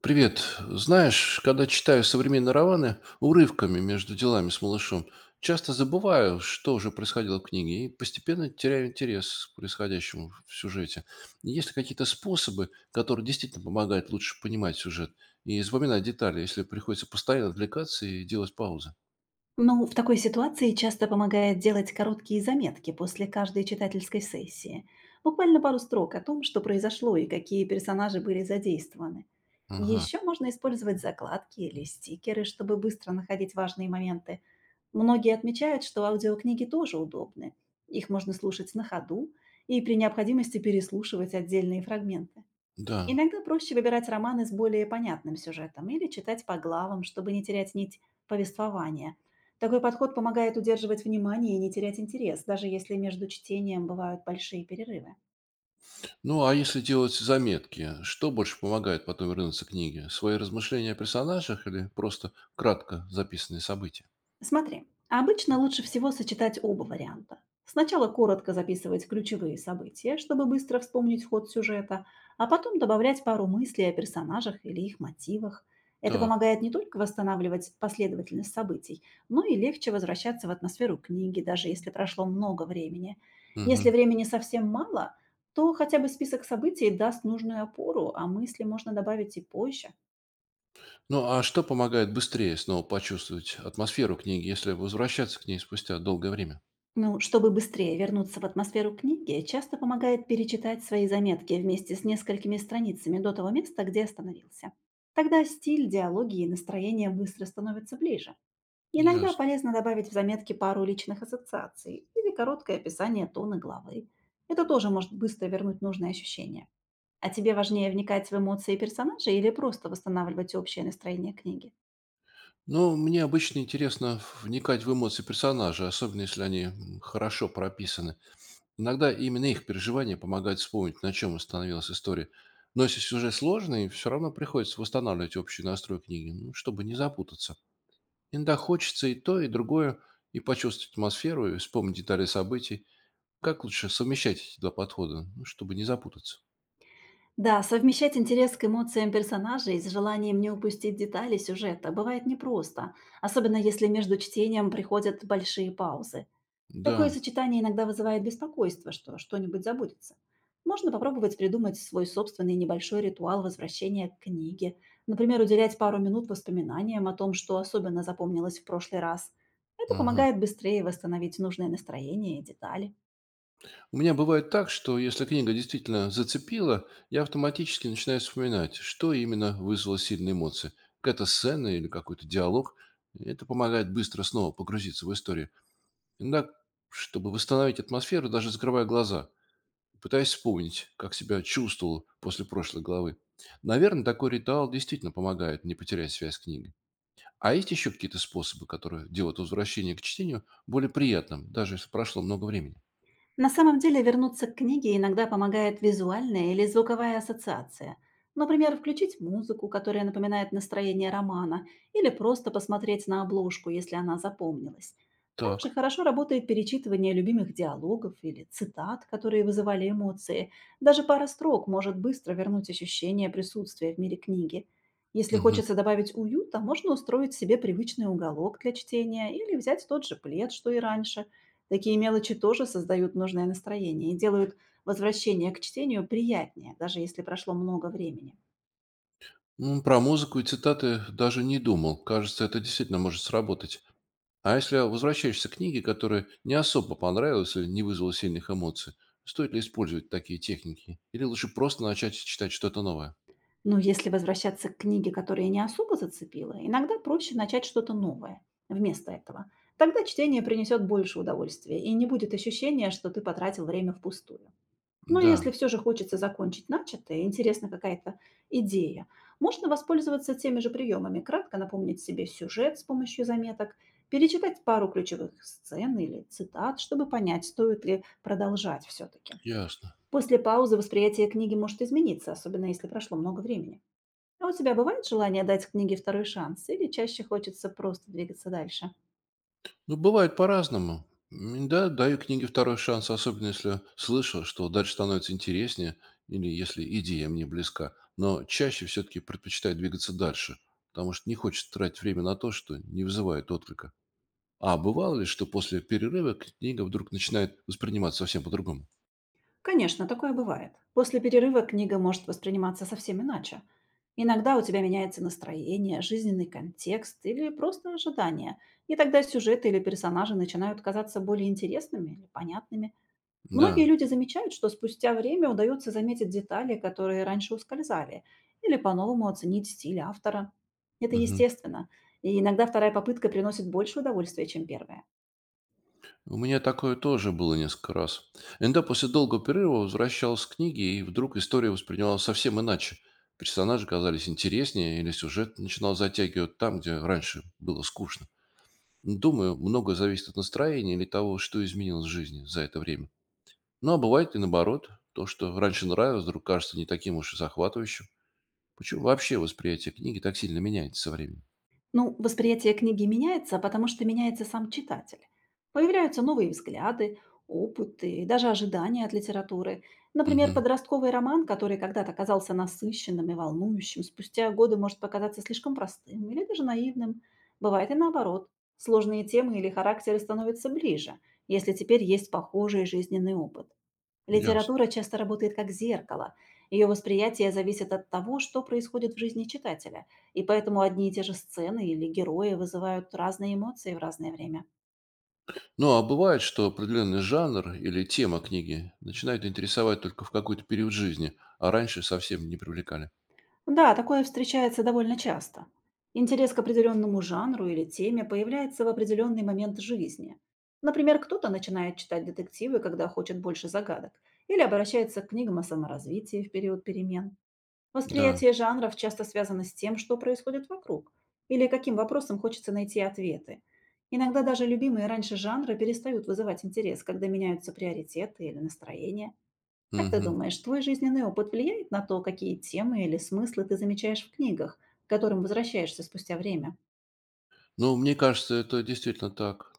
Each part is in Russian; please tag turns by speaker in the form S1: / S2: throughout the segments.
S1: Привет. Знаешь, когда читаю современные романы урывками между делами с малышом, часто забываю, что уже происходило в книге, и постепенно теряю интерес к происходящему в сюжете. Есть ли какие-то способы, которые действительно помогают лучше понимать сюжет и запоминать детали, если приходится постоянно отвлекаться и делать паузы?
S2: Ну, в такой ситуации часто помогает делать короткие заметки после каждой читательской сессии. Буквально пару строк о том, что произошло и какие персонажи были задействованы.
S1: Ага,
S2: Еще можно использовать закладки или стикеры, чтобы быстро находить важные моменты. Многие отмечают, что аудиокниги тоже удобны. Их можно слушать на ходу и при необходимости переслушивать отдельные фрагменты.
S1: да.
S2: Иногда проще выбирать романы с более понятным сюжетом или читать по главам, чтобы не терять нить повествования. Такой подход помогает удерживать внимание и не терять интерес, даже если между чтением бывают большие перерывы.
S1: Ну, а если делать заметки, что больше помогает потом вернуться к книге? Свои размышления о персонажах или просто кратко записанные события?
S2: Смотри, обычно лучше всего сочетать оба варианта. Сначала коротко записывать ключевые события, чтобы быстро вспомнить ход сюжета, а потом добавлять пару мыслей о персонажах или их мотивах. Это
S1: Так.
S2: помогает не только восстанавливать последовательность событий, но и легче возвращаться в атмосферу книги, даже если прошло много времени. Если
S1: Мгм.
S2: времени совсем мало, то хотя бы список событий даст нужную опору, а мысли можно добавить и позже.
S1: Ну, а что помогает быстрее снова почувствовать атмосферу книги, если возвращаться к ней спустя долгое время?
S2: Ну, чтобы быстрее вернуться в атмосферу книги, часто помогает перечитать свои заметки вместе с несколькими страницами до того места, где остановился. Тогда стиль, диалоги и настроение быстро становятся ближе. Иногда
S1: Ясно.
S2: полезно добавить в заметки пару личных ассоциаций или короткое описание тона главы. Это тоже может быстро вернуть нужное ощущение. А тебе важнее вникать в эмоции персонажей или просто восстанавливать общее настроение книги?
S1: Ну, мне обычно интересно вникать в эмоции персонажа, особенно если они хорошо прописаны. Иногда именно их переживания помогают вспомнить, на чем остановилась история. Но если сюжет сложный, все равно приходится восстанавливать общий настрой книги, ну, чтобы не запутаться. Иногда хочется и то, и другое, и почувствовать атмосферу, и вспомнить детали событий. Как лучше совмещать эти два подхода, ну, чтобы не запутаться?
S2: Да, совмещать интерес к эмоциям персонажей с желанием не упустить детали сюжета бывает непросто, особенно если между чтением приходят большие паузы.
S1: Да,
S2: Такое сочетание иногда вызывает беспокойство, что что-нибудь забудется. Можно попробовать придумать свой собственный небольшой ритуал возвращения к книге. Например, уделять пару минут воспоминаниям о том, что особенно запомнилось в прошлый раз. Это
S1: ага.
S2: помогает быстрее восстановить нужное настроение и детали.
S1: У меня бывает так, что если книга действительно зацепила, я автоматически начинаю вспоминать, что именно вызвало сильные эмоции. Какая-то сцена или какой-то диалог. Это помогает быстро снова погрузиться в историю. Иногда, чтобы восстановить атмосферу, даже закрывая глаза, пытаясь вспомнить, как себя чувствовал после прошлой главы. Наверное, такой ритуал действительно помогает не потерять связь с книгой. А есть еще какие-то способы, которые делают возвращение к чтению более приятным, даже если прошло много времени?
S2: На самом деле вернуться к книге иногда помогает визуальная или звуковая ассоциация. Например, включить музыку, которая напоминает настроение романа, или просто посмотреть на обложку, если она запомнилась. Также
S1: Так.
S2: хорошо работает перечитывание любимых диалогов или цитат, которые вызывали эмоции. Даже пара строк может быстро вернуть ощущение присутствия в мире книги. Если
S1: Мгм.
S2: хочется добавить уюта, можно устроить себе привычный уголок для чтения или взять тот же плед, что и раньше. Такие мелочи тоже создают нужное настроение и делают возвращение к чтению приятнее, даже если прошло много времени.
S1: Про музыку и цитаты даже не думал. Кажется, это действительно может сработать. А если возвращаешься к книге, которая не особо понравилась или не вызвала сильных эмоций, стоит ли использовать такие техники? Или лучше просто начать читать что-то новое?
S2: Но если возвращаться к книге, которая не особо зацепила, иногда проще начать что-то новое вместо этого. Тогда чтение принесет больше удовольствия и не будет ощущения, что ты потратил время впустую. Но
S1: Да,
S2: если все же хочется закончить начатое, интересна какая-то идея, можно воспользоваться теми же приемами, кратко напомнить себе сюжет с помощью заметок, перечитать пару ключевых сцен или цитат, чтобы понять, стоит ли продолжать все-таки.
S1: ясно.
S2: После паузы восприятие книги может измениться, особенно если прошло много времени. А у тебя бывает желание дать книге второй шанс или чаще хочется просто двигаться дальше?
S1: Ну, бывает по-разному. Да, даю книге второй шанс, особенно если слышал, что дальше становится интереснее, или если идея мне близка. Но чаще все-таки предпочитаю двигаться дальше, потому что не хочется тратить время на то, что не вызывает отклика. А бывало ли, что после перерыва книга вдруг начинает восприниматься совсем по-другому?
S2: Конечно, такое бывает. После перерыва книга может восприниматься совсем иначе. Иногда у тебя меняется настроение, жизненный контекст или просто ожидание. И тогда сюжеты или персонажи начинают казаться более интересными или понятными. Многие
S1: Да.
S2: люди замечают, что спустя время удается заметить детали, которые раньше ускользали, или по-новому оценить стиль автора. Это
S1: Мгм.
S2: естественно. И иногда вторая попытка приносит больше удовольствия, чем первая.
S1: У меня такое тоже было несколько раз. Иногда после долгого перерыва возвращался к книге, и вдруг история воспринималась совсем иначе. Персонажи казались интереснее, или сюжет начинал затягивать там, где раньше было скучно. Думаю, многое зависит от настроения или того, что изменилось в жизни за это время. Ну, а бывает и наоборот. То, что раньше нравилось, вдруг кажется не таким уж и захватывающим. Почему вообще восприятие книги так сильно меняется со временем?
S2: Ну, восприятие книги меняется, потому что меняется сам читатель. Появляются новые взгляды, опыты и даже ожидания от литературы. Например,
S1: Мгм.
S2: подростковый роман, который когда-то казался насыщенным и волнующим, спустя годы может показаться слишком простым или даже наивным. Бывает и наоборот. Сложные темы или характеры становятся ближе, если теперь есть похожий жизненный опыт.
S1: Ясно.
S2: Литература часто работает как зеркало. Ее восприятие зависит от того, что происходит в жизни читателя, и поэтому одни и те же сцены или герои вызывают разные эмоции в разное время.
S1: Ну, а бывает, что определенный жанр или тема книги начинает интересовать только в какой-то период жизни, а раньше совсем не привлекали.
S2: Да, такое встречается довольно часто. Интерес к определенному жанру или теме появляется в определенный момент жизни. Например, кто-то начинает читать детективы, когда хочет больше загадок, или обращается к книгам о саморазвитии в период перемен.
S1: Да.
S2: Восприятие жанров часто связано с тем, что происходит вокруг, или каким вопросам хочется найти ответы. Иногда даже любимые раньше жанры перестают вызывать интерес, когда меняются приоритеты или настроение. Как ты
S1: Мгм.
S2: думаешь, твой жизненный опыт влияет на то, какие темы или смыслы ты замечаешь в книгах, к которым возвращаешься спустя время?
S1: Ну, мне кажется, это действительно так.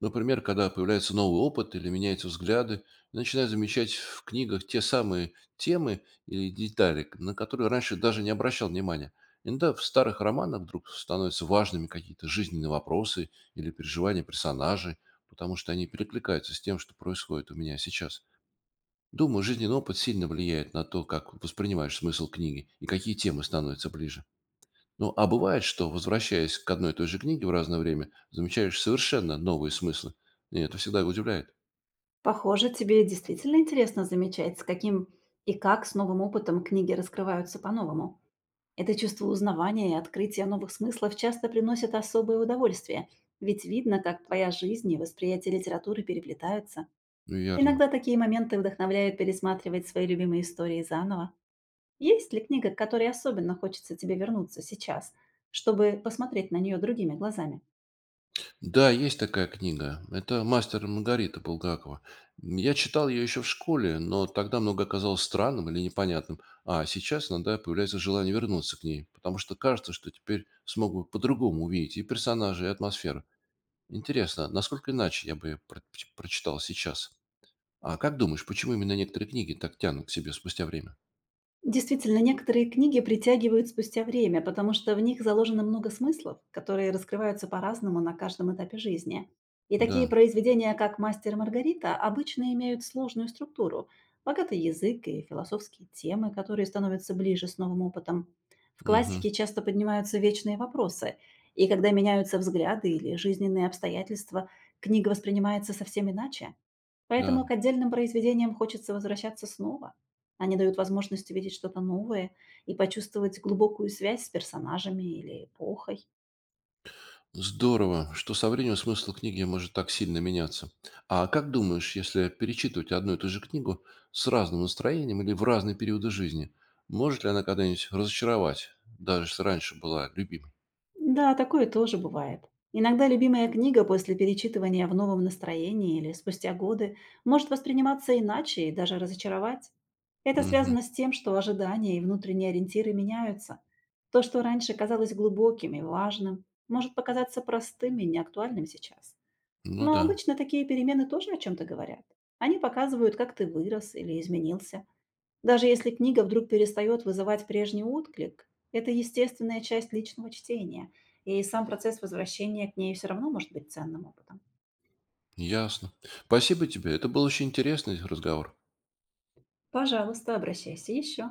S1: Например, когда появляется новый опыт или меняются взгляды, начинаю замечать в книгах те самые темы или детали, на которые раньше даже не обращал внимания. Иногда в старых романах вдруг становятся важными какие-то жизненные вопросы или переживания персонажей, потому что они перекликаются с тем, что происходит у меня сейчас. Думаю, жизненный опыт сильно влияет на то, как воспринимаешь смысл книги и какие темы становятся ближе. Ну, а бывает, что, возвращаясь к одной и той же книге в разное время, замечаешь совершенно новые смыслы. И это всегда удивляет.
S2: Похоже, тебе действительно интересно замечать, с каким и как с новым опытом книги раскрываются по-новому. Это чувство узнавания и открытия новых смыслов часто приносит особое удовольствие, ведь видно, как твоя жизнь и восприятие литературы переплетаются.
S1: Верно.
S2: Иногда такие моменты вдохновляют пересматривать свои любимые истории заново. Есть ли книга, к которой особенно хочется тебе вернуться сейчас, чтобы посмотреть на нее другими глазами?
S1: Да, есть такая книга. Это «Мастер и Маргарита» Булгакова. Я читал ее еще в школе, но тогда много оказалось странным или непонятным. А сейчас иногда появляется желание вернуться к ней, потому что кажется, что теперь смог бы по-другому увидеть и персонажей, и атмосферу. Интересно, насколько иначе я бы её прочитал сейчас? А как думаешь, почему именно некоторые книги так тянут к себе спустя время?
S2: Действительно, некоторые книги притягивают спустя время, потому что в них заложено много смыслов, которые раскрываются по-разному на каждом этапе жизни. И такие
S1: Да.
S2: произведения, как «Мастер и Маргарита», обычно имеют сложную структуру, богатый язык и философские темы, которые становятся ближе с новым опытом. В
S1: Мгм.
S2: классике часто поднимаются вечные вопросы, и когда меняются взгляды или жизненные обстоятельства, книга воспринимается совсем иначе. Поэтому
S1: Да.
S2: к отдельным произведениям хочется возвращаться снова. Они дают возможность увидеть что-то новое и почувствовать глубокую связь с персонажами или эпохой.
S1: Здорово, что со временем смысл книги может так сильно меняться. А как думаешь, если перечитывать одну и ту же книгу с разным настроением или в разные периоды жизни, может ли она когда-нибудь разочаровать, даже если раньше была любимой?
S2: Да, такое тоже бывает. Иногда любимая книга после перечитывания в новом настроении или спустя годы может восприниматься иначе и даже разочаровать. Это
S1: Мгм.
S2: связано с тем, что ожидания и внутренние ориентиры меняются. То, что раньше казалось глубоким и важным, может показаться простым и неактуальным сейчас.
S1: Ну
S2: Но
S1: да,
S2: обычно такие перемены тоже о чем-то говорят. Они показывают, как ты вырос или изменился. Даже если книга вдруг перестает вызывать прежний отклик, это естественная часть личного чтения, и сам процесс возвращения к ней все равно может быть ценным опытом.
S1: ясно. Спасибо тебе, это был очень интересный разговор.
S2: Пожалуйста, обращайся еще.